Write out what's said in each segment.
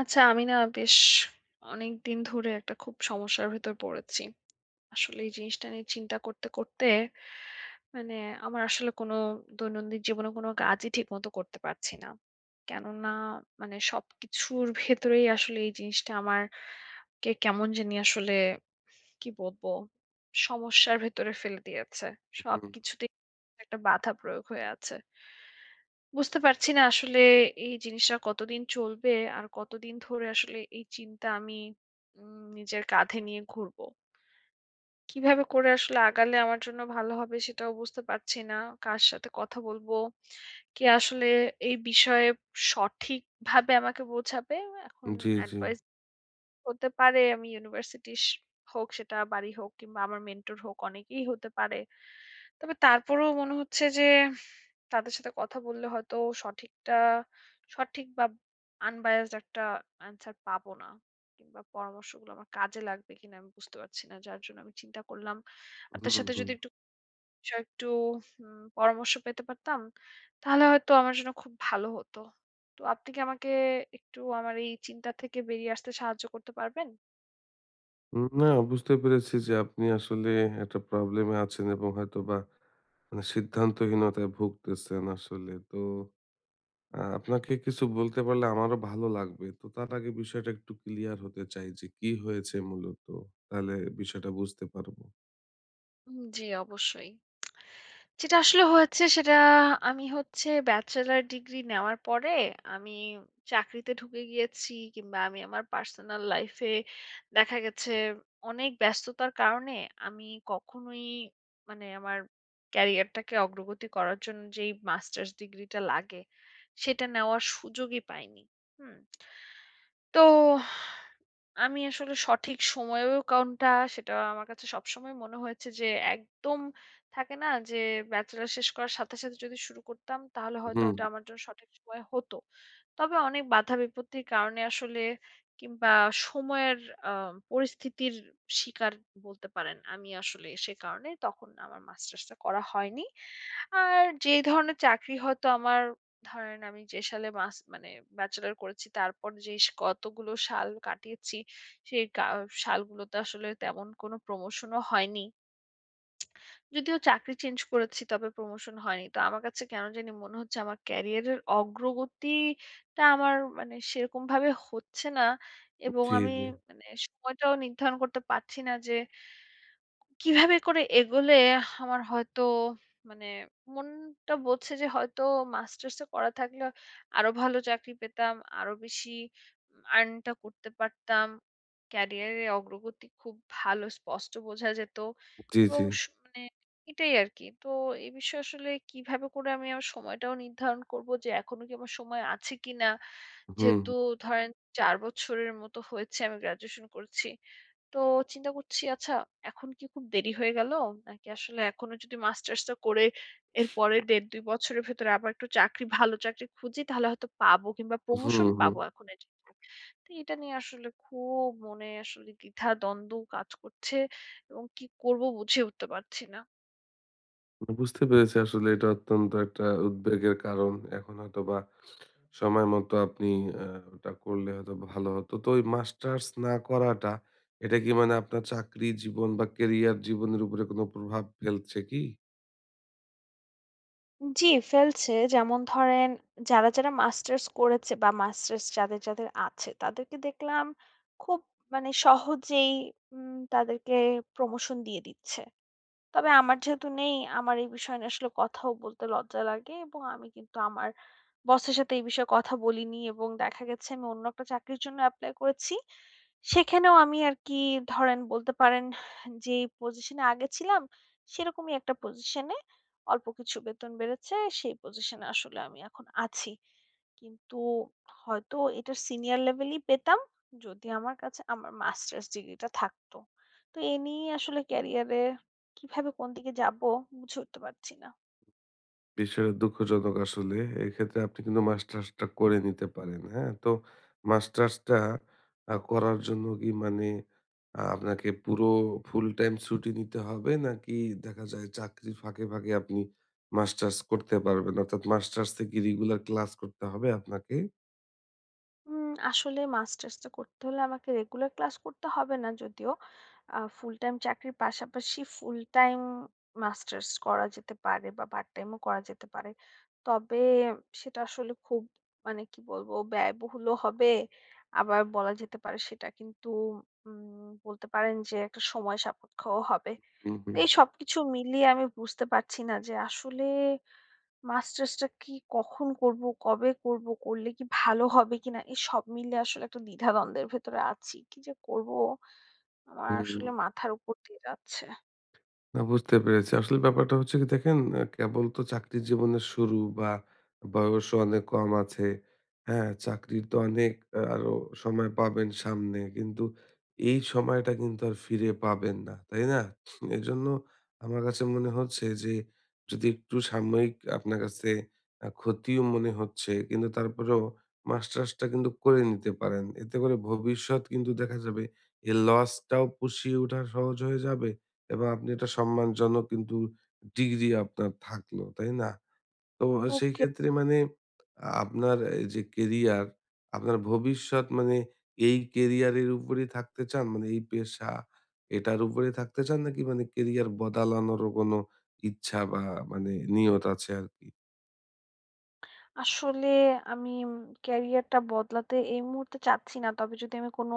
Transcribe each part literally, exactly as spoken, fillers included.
আচ্ছা, আমি না বেশ অনেকদিন ধরে একটা খুব সমস্যার ভেতর পড়েছি। আসলে এই জিনিসটা নিয়ে চিন্তা করতে, করতে মানে আমার আসলে কোনো দৈনন্দিন জীবনে কোনো কাজই ঠিকমতো করতে পারছি না। কেননা মানে সবকিছুর ভেতরেই আসলে এই জিনিসটা আমারকে কেমন জানি আসলে কি বলবো? সমস্যার ভেতরে ফেলে দিয়েছে। হুম, সবকিছুতেই একটা বাধা প্রয়োগ হয়ে আছে। বুঝতে পারছি না আসলে এই জিনিসটা কতদিন চলবে আর কতদিন ধরে আসলে এই চিন্তা আমি উম, নিজের কাঁধে নিয়ে ঘুরবো। কিভাবে করে আসলে আগালে আমার জন্য ভালো হবে সেটাও বুঝতে পারছি না। কার সাথে কথা বলবো, কে আসলে এই বিষয়ে সঠিকভাবে আমাকে বোঝাবে এখন জি, জি। অ্যাডভাইস হতে পারে। আমি ইউনিভার্সিটি হোক, সেটা বাড়ি হোক, কিংবা আমার মেন্টর হোক, অনেকেই হতে পারে। তবে তারপরেও মনে হচ্ছে যে তাদের সাথে কথা বললে হয়তো সঠিকটা, সঠিক বা আনবায়াসড একটা অ্যান্সার পাবো না, কিংবা পরামর্শগুলো আমার কাজে লাগবে কিনা আমি বুঝতে পারছি না। যার জন্য আমি চিন্তা করলাম আপনার হুম, সাথে হুম। যদি একটু বিষয়ে একটু উম, পরামর্শ পেতে পারতাম তাহলে হয়তো আমার জন্য খুব ভালো হতো। তো আপনি কি আমাকে একটু আমার এই চিন্তা থেকে বেরিয়ে আসতে সাহায্য করতে পারবেন? হুম, না বুঝতে পেরেছি যে আপনি আসলে একটা প্রবলেমে আছেন এবং হয়তোবা মানে সিদ্ধান্তহীনতায় ভুগতেছেন আসলে। তো আ আপনাকে কিছু বলতে পারলে আমারও ভালো লাগবে। তো তার আগে বিষয়টা একটু ক্লিয়ার হতে চাই যে কি হয়েছে মূলত? তাহলে বিষয়টা বুঝতে পারবো। উম, জি, অবশ্যই। যেটা আসলে হয়েছে সেটা, আমি হচ্ছে ব্যাচেলর ডিগ্রি নেওয়ার পরে আমি চাকরিতে ঢুকে গিয়েছি, কিংবা আমি আমার পার্সোনাল লাইফে দেখা গেছে অনেক ব্যস্ততার কারণে আমি কখনোই মানে আমার ক্যারিয়ারটাকে অগ্রগতি করার জন্য যেই মাস্টার্স ডিগ্রিটা লাগে সেটা নেওয়ার সুযোগই পাইনি। হুম। তো আমি আসলে সঠিক সময়েও কোনটা, সেটা আমার কাছে সবসময় মনে হয়েছে যে একদম থাকে না যে ব্যাচেলর শেষ করার সাথে সাথে যদি শুরু করতাম তাহলে হয়তো হুম, ওটা হুম। আমার জন্য সঠিক সময় হতো। তবে অনেক বাধা বিপত্তির কারণে আসলে, কিংবা সময়ের আ পরিস্থিতির শিকার বলতে পারেন। আমি আসলে সে কারণে তখন আমার মাস্টার্সটা করা হয়নি। আর যে ধরনের চাকরি হয়তো আমার, ধরেন আমি যে সালে মাস মানে ব্যাচেলর করেছি তারপর যে কতগুলো সাল কাটিয়েছি সেই গা সালগুলোতে আসলে তেমন কোনো প্রমোশনও হয়নি। যদিও চাকরি চেঞ্জ করেছি তবে প্রমোশন হয়নি। তো আমার কাছে কেন জানি মনে হচ্ছে আমার ক্যারিয়ারের অগ্রগতিটা আমার মানে সেরকমভাবে হচ্ছে না, এবং জি, আমি জি। মানে সময়টাও নির্ধারণ করতে পারছি না যে কিভাবে করে এগোলে আমার হয়তো, মানে মনটা বলছে যে হয়তো মাস্টার্স করা থাকলে আরো ভালো চাকরি পেতাম, আরো বেশি আর্নটা করতে পারতাম। ক্যারিয়ারে অগ্রগতি খুব ভালো স্পষ্ট বোঝা যেত, জি, জি। এবং স মানে এটাই আরকি। তো এই বিষয়ে আসলে কিভাবে করে আমি আমার সময়টাও নির্ধারণ করব যে এখনো কি আমার সময় আছে কিনা? হুম, যেহেতু ধরেন চার বছরের মতো হয়েছে আমি গ্র্যাজুয়েশন করছি। তো চিন্তা করছি, আচ্ছা এখন কি খুব দেরি হয়ে গেল? নাকি আসলে এখনো যদি মাস্টার্সটা করে এর পরে দেড়-দুই বছরের ভেতরে আবার একটু চাকরি, ভালো চাকরি খুঁজি তাহলে হয়তো পাবো কিংবা হুম, প্রমোশন হুম। হুম। পাবো এখন এটা। তো এটা নিয়ে আসলে খুব মনে আসলে দ্বিধা দ্বন্দ্ব কাজ করছে এবং কি করব বুঝে উঠতে পারছি না। বুঝতে পেরেছি আসলে এটা অত্যন্ত একটা উদ্বেগের কারণ। এখন হয়তোবা সময় মতো আপনি আ ওটা করলে হয়তো ভালো হতো। তো ওই মাস্টার্স না করাটা, এটা কি মানে আপনার চাকরি জীবন বা কেরিয়ার জীবনের উপরে কোনো প্রভাব ফেলছে কি? জি, ফেলছে। যেমন ধরেন যারা, যারা মাস্টার্স করেছে বা মাস্টার্স যাদের, যাদের আছে তাদেরকে দেখলাম খুব মানে সহজেই উম তাদেরকে প্রমোশন দিয়ে দিচ্ছে। তবে আমার যেহেতু নেই, আমার এই বিষয় নিয়ে আসলে কথাও বলতে লজ্জা লাগে, এবং আমি কিন্তু আমার বসের সাথে এই বিষয়ে কথা বলিনি, এবং দেখা গেছে আমি অন্য একটা চাকরির জন্য এপ্লাই করেছি। সেখানেও আমি আরকি, ধরেন বলতে পারেন যে পজিশনে আগে ছিলাম, সেরকমই একটা পজিশনে অল্প কিছু বেতন বেড়েছে। সেই পজিশনে আসলে আমি এখন আছি। কিন্তু হয়তো এটার সিনিয়র লেভেলই পেতাম যদি আমার কাছে আমার মাস্টার্স ডিগ্রিটা থাকতো। তো এ নিয়ে আসলে ক্যারিয়ারে কিভাবে কোন দিকে যাব বুঝে উঠতে পারছি না। বিষয়টা দুঃখজনক আসলে। এক্ষেত্রে আপনি কিন্তু মাস্টার্সটা করে নিতে পারেন, হ্যাঁ? তো মাস্টার্সটা আ করার জন্য কি মানে আ আপনাকে পুরো ফুল টাইম ছুটি নিতে হবে? নাকি দেখা যায় চাকরির ফাঁকে, ফাঁকে আপনি মাস্টার্স করতে পারবেন? অর্থাৎ মাস্টার্সে কি রেগুলার ক্লাস করতে হবে আপনাকে? উম আসলে মাস্টার্সটা করতে হলে আমাকে রেগুলার ক্লাস করতে হবে না যদিও। আ ফুল টাইম চাকরির পাশাপাশি ফুল টাইম মাস্টার্স করা যেতে পারে বা পার্ট টাইমও করা যেতে পারে। তবে সেটা আসলে খুব মানে কি বলবো, ব্যয়বহুলও হবে। আবার বলা যেতে পারে সেটা কিন্তু উম বলতে পারেন যে একটা সময় সাপেক্ষও হবে। হু, হু। তো এই সবকিছু মিলিয়ে আমি বুঝতে পারছি না যে আসলে মাস্টার্সটা কি কখন করব, কবে করব, করলে কি ভালো হবে কিনা? এই সব মিলে আসলে একটা দ্বিধাদ্বন্দ্বের ভেতরে আছি। কি যে করব আমার হুম, আসলে মাথার উপর দিয়ে যাচ্ছে। না বুঝতে পেরেছি। আসলে ব্যাপারটা হচ্ছে কি দেখেন আ কেবল তো চাকরির জীবনের শুরু বা বয়সও অনেক কম আছে। হ্যাঁ, চাকরির তো অনেক আ আরো সময় পাবেন সামনে। কিন্তু এই সময়টা কিন্তু আর ফিরে পাবেন না, তাই না? এজন্য আমার কাছে মনে হচ্ছে যে যদি একটু সাময়িক আপনার কাছে আ ক্ষতিও মনে হচ্ছে কিন্তু তারপরেও মাস্টার্সটা কিন্তু করে নিতে পারেন। এতে করে ভবিষ্যৎ কিন্তু দেখা যাবে এই লসটাও পুষিয়ে ওঠা সহজ হয়ে যাবে। এবং আপনি একটা সম্মানজনক কিন্তু ডিগ্রি আপনার থাকলো, তাই না? তো সেই ওকে। ক্ষেত্রে মানে আ আপনার এই যে কেরিয়ার, আপনার ভবিষ্যৎ মানে এই কেরিয়ারের উপরেই থাকতে চান? মানে এই পেশা এটার উপরেই থাকতে চান নাকি মানে কেরিয়ার বদলানোরও কোনো ইচ্ছা বা মানে নিয়ত আছে আরকি? আসলে আমি ক্যারিয়ারটা বদলাতে এই মুহূর্তে চাচ্ছি না। তবে যদি আমি কোনো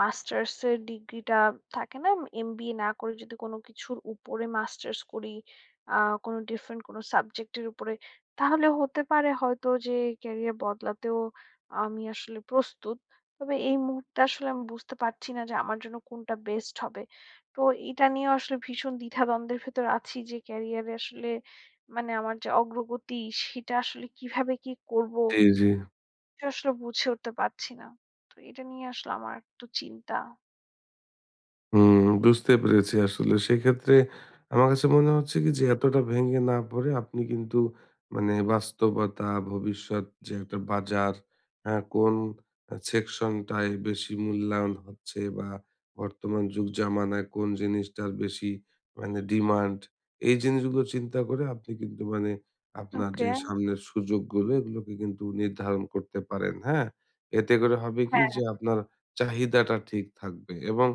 মাস্টার্সের ডিগ্রিটা থাকে না? এমবিএ না করে যদি কোনো কিছুর উপরে মাস্টার্স করি, আ কোনো ডিফারেন্ট কোনো সাবজেক্টের উপরে, তাহলে হতে পারে হয়তো যে ক্যারিয়ার বদলাতেও আমি আসলে প্রস্তুত। তবে এই মুহূর্তে আসলে আমি বুঝতে পারছি না যে আমার জন্য কোনটা বেস্ট হবে। তো এটা নিয়ে আসলে ভীষণ দ্বিধাদ্বন্দ্বের ভেতর আছি যে ক্যারিয়ারে আসলে মানে আমার যে অগ্রগতি, সেটা আসলে কিভাবে কি করব? জি, জি। সেটা আসলে বুঝে উঠতে পারছি না। তো এটা নিয়ে আসলে আমার একটু চিন্তা। হুম, বুঝতে পেরেছি আসলে। সেক্ষেত্রে আমার কাছে মনে হচ্ছে কি যে এতটা ভেঙে না পড়ে আপনি কিন্তু মানে বাস্তবতা, ভবিষ্যৎ যে একটা বাজার, হ্যাঁ? কোন আ সেকশনটায় বেশি মূল্যায়ন হচ্ছে বা বর্তমান যুগ জামানায় কোন জিনিসটার বেশি মানে ডিমান্ড, এই জিনিসগুলো চিন্তা করে আপনি কিন্তু মানে আপনার যে ওকে। সামনের সুযোগগুলো এগুলোকে কিন্তু নির্ধারণ করতে পারেন, হ্যাঁ? এতে করে হবে কি যে আপনার চাহিদাটা ঠিক থাকবে এবং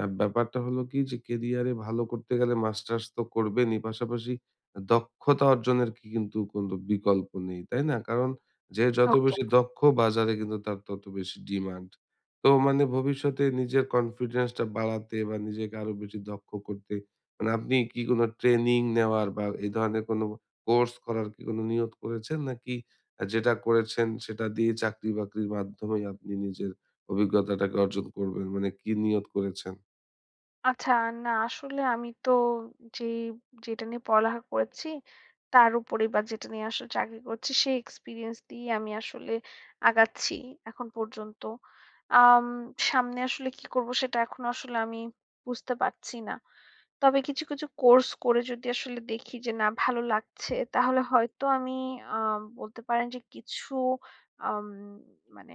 আ ব্যাপারটা হলো কি যে কেরিয়ারে ভালো করতে গেলে মাস্টার্স তো করবেনই। পাশাপাশি দক্ষতা অর্জনের কি কিন্তু কোন বিকল্প নেই। তাই না? কারণ যে যত বেশি হ্যাঁ। দক্ষ বাজারে কিন্তু তার তত বেশি ডিমান্ড। তো মানে ভবিষ্যতে নিজের কনফিডেন্স টা বাড়াতে বা নিজেকে আরো বেশি দক্ষ করতে মানে আপনি কি কোন ট্রেনিং নেওয়ার বা এই ধরনের কোন কোর্স করার কি কোন নিয়ত করেছেন? নাকি আ যেটা করেছেন সেটা দিয়ে চাকরি-বাকরির মাধ্যমেই আপনি নিজের অভিজ্ঞতাটাকে অর্জন করবেন? মানে কি নিয়ত করেছেন? আচ্ছা, না আসলে আমি তো যেই যেটা নিয়ে পড়ালেখা করেছি, তার উপরে বা যেটা নিয়ে আসলে চাকরি করছি, সেই এক্সপেরিয়েন্স দিয়েই আমি আসলে আগাচ্ছি এখন পর্যন্ত। আম সামনে আসলে কি করব সেটা এখনো আসলে আমি বুঝতে পারছি না। তবে কিছু, কিছু কোর্স করে যদি আসলে দেখি যে না ভালো লাগছে, তাহলে হয়তো আমি আ বলতে পারেন যে কিছু আম মানে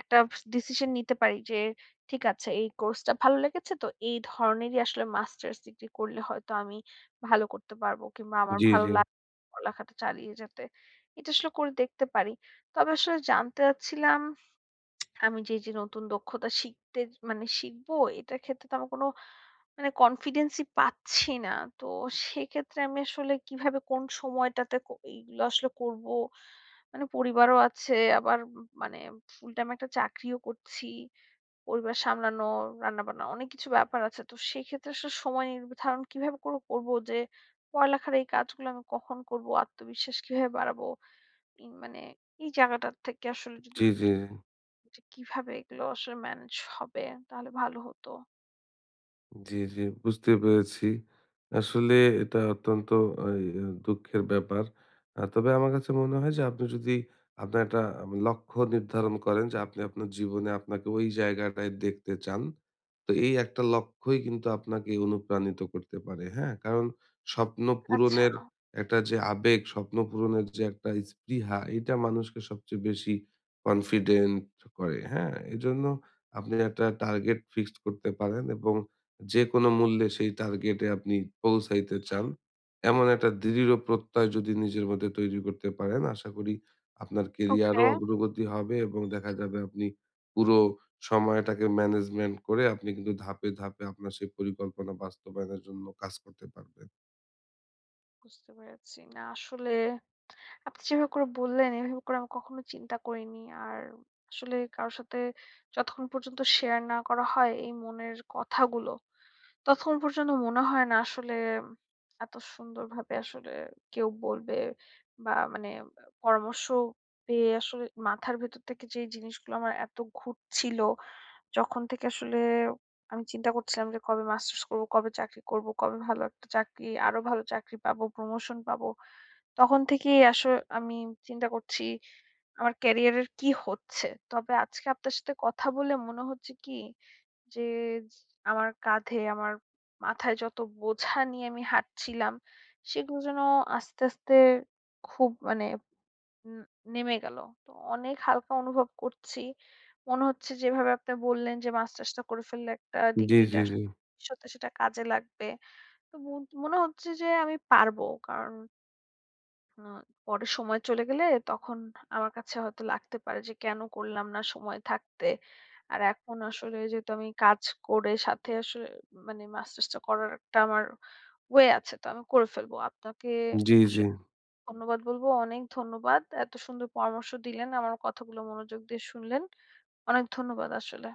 একটা ডিসিশন নিতে পারি যে ঠিক আছে এই কোর্সটা ভালো লেগেছে তো এই ধরনেরই আসলে মাস্টার্স ডিগ্রি করলে হয়তো আমি ভালো করতে পারবো, কিংবা আমার জি, ভালো জি। লাগে পড়ালেখাটা চালিয়ে যেতে, এটা আসলে করে দেখতে পারি। তবে আসলে জানতে চাচ্ছিলাম আমি যে যে নতুন দক্ষতা শিখতে মানে শিখবো এটার ক্ষেত্রে তো আমার কোনো মানে কনফিডেন্সই পাচ্ছি না। তো সেক্ষেত্রে আমি আসলে কিভাবে কোন সময়টাতে ক- এইগুলো আসলে করব? মানে পরিবারও আছে, আবার উম মানে ফুল টাইম একটা চাকরিও করছি। পরিবার সামলানো, রান্না-বান্না অনেক কিছু ব্যাপার আছে। তো সেক্ষেত্রে আসলে সময় নির্ধারণ কিভাবে করে করব যে পড়ালেখার এই কাজগুলো আমি কখন করব? আত্মবিশ্বাস কিভাবে বাড়াবো? ই মানে এই জায়গাটার থেকে আসলে যদি, জি, জি। জি। যে কিভাবে এগুলো আসলে ম্যানেজ হবে তাহলে ভালো হতো। জি, জি, বুঝতে পেরেছি। আসলে এটা অত্যন্ত এই আ দুঃখের ব্যাপার। আ তবে আমার কাছে মনে হয় যে আপনি যদি আপনার একটা আম লক্ষ্য নির্ধারণ করেন যে আপনি আপনার জীবনে আপনাকে ওই জায়গাটায় দেখতে চান। তো এই একটা লক্ষ্যই কিন্তু আপনাকে অনুপ্রাণিত করতে পারে, হ্যাঁ? কারণ স্বপ্ন আচ্ছা, পূরণের একটা যে আবেগ, স্বপ্ন পূরণের যে একটা স্পৃহা, এটা মানুষকে সবচেয়ে বেশি কনফিডেন্ট করে, হ্যাঁ? এজন্য আপনি একটা টার্গেট ফিক্সড করতে পারেন এবং যেকোনো মূল্যে সেই টার্গেটে আপনি পৌঁছাইতে চান। এমন একটা দৃঢ় প্রত্যয় যদি নিজের মধ্যে তৈরি করতে পারেন, আশা করি আপনার ওকে, কেরিয়ারও অগ্রগতি হবে এবং দেখা যাবে আপনি পুরো সময়টাকে ম্যানেজমেন্ট করে আপনি কিন্তু ধাপে, ধাপে আপনার সেই পরিকল্পনা বাস্তবায়নের জন্য কাজ করতে পারবেন। বুঝতে পেরেছি। না আসলে আপনি যেভাবে করে বললেন, এভাবে করে আমি কখনো চিন্তা করিনি। আর আসলে কারো সাথে যতক্ষণ পর্যন্ত শেয়ার না করা হয় এই মনের কথাগুলো, ততক্ষণ পর্যন্ত মনে হয় না আসলে এত সুন্দরভাবে আসলে কেউ বলবে বা মানে পরামর্শ পেয়ে আসলে মাথার ভেতর থেকে যে জিনিসগুলো আমার এত ঘুরছিল, যখন থেকে আসলে আমি চিন্তা করছিলাম যে কবে মাস্টার্স করব, কবে চাকরি করব, কবে ভালো একটা চাকরি, আরো ভালো চাকরি পাবো, প্রমোশন পাবো। তখন থেকেই আসো আমি চিন্তা করছি আমার ক্যারিয়ারের কি হচ্ছে। তবে আজকে আপনার সাথে কথা বলে মনে হচ্ছে কি যে আমার কাঁধে, আমার মাথায় যত বোঝা নিয়ে আমি হাঁটছিলাম সেগুলো যেন আস্তে, আস্তে খুব মানে উম নেমে গেল। তো অনেক হালকা অনুভব করছি। মনে হচ্ছে যেভাবে আপনি বললেন যে মাস্টার্সটা করে ফেললে একটা জি, জি, ডিগ্রিটা, জি। সত্যি সেটা কাজে লাগবে। তো মন মনে হচ্ছে যে আমি পারবো। কারণ আ পরে সময় চলে গেলে তখন আমার কাছে হয়তো লাগতে পারে যে কেন করলাম না সময় থাকতে। আর এখন আসলে যেহেতু আমি কাজ করে সাথে আসলে মানে মাস্টার্সটা করার একটা আমার ওয়ে আছে। তো আমি করে ফেলবো। আপনাকে জি, জি। আসলে ধন্যবাদ বলব। অনেক ধন্যবাদ। এত সুন্দর পরামর্শ দিলেন। আমার কথাগুলো মনোযোগ দিয়ে শুনলেন। অনেক ধন্যবাদ আসলে।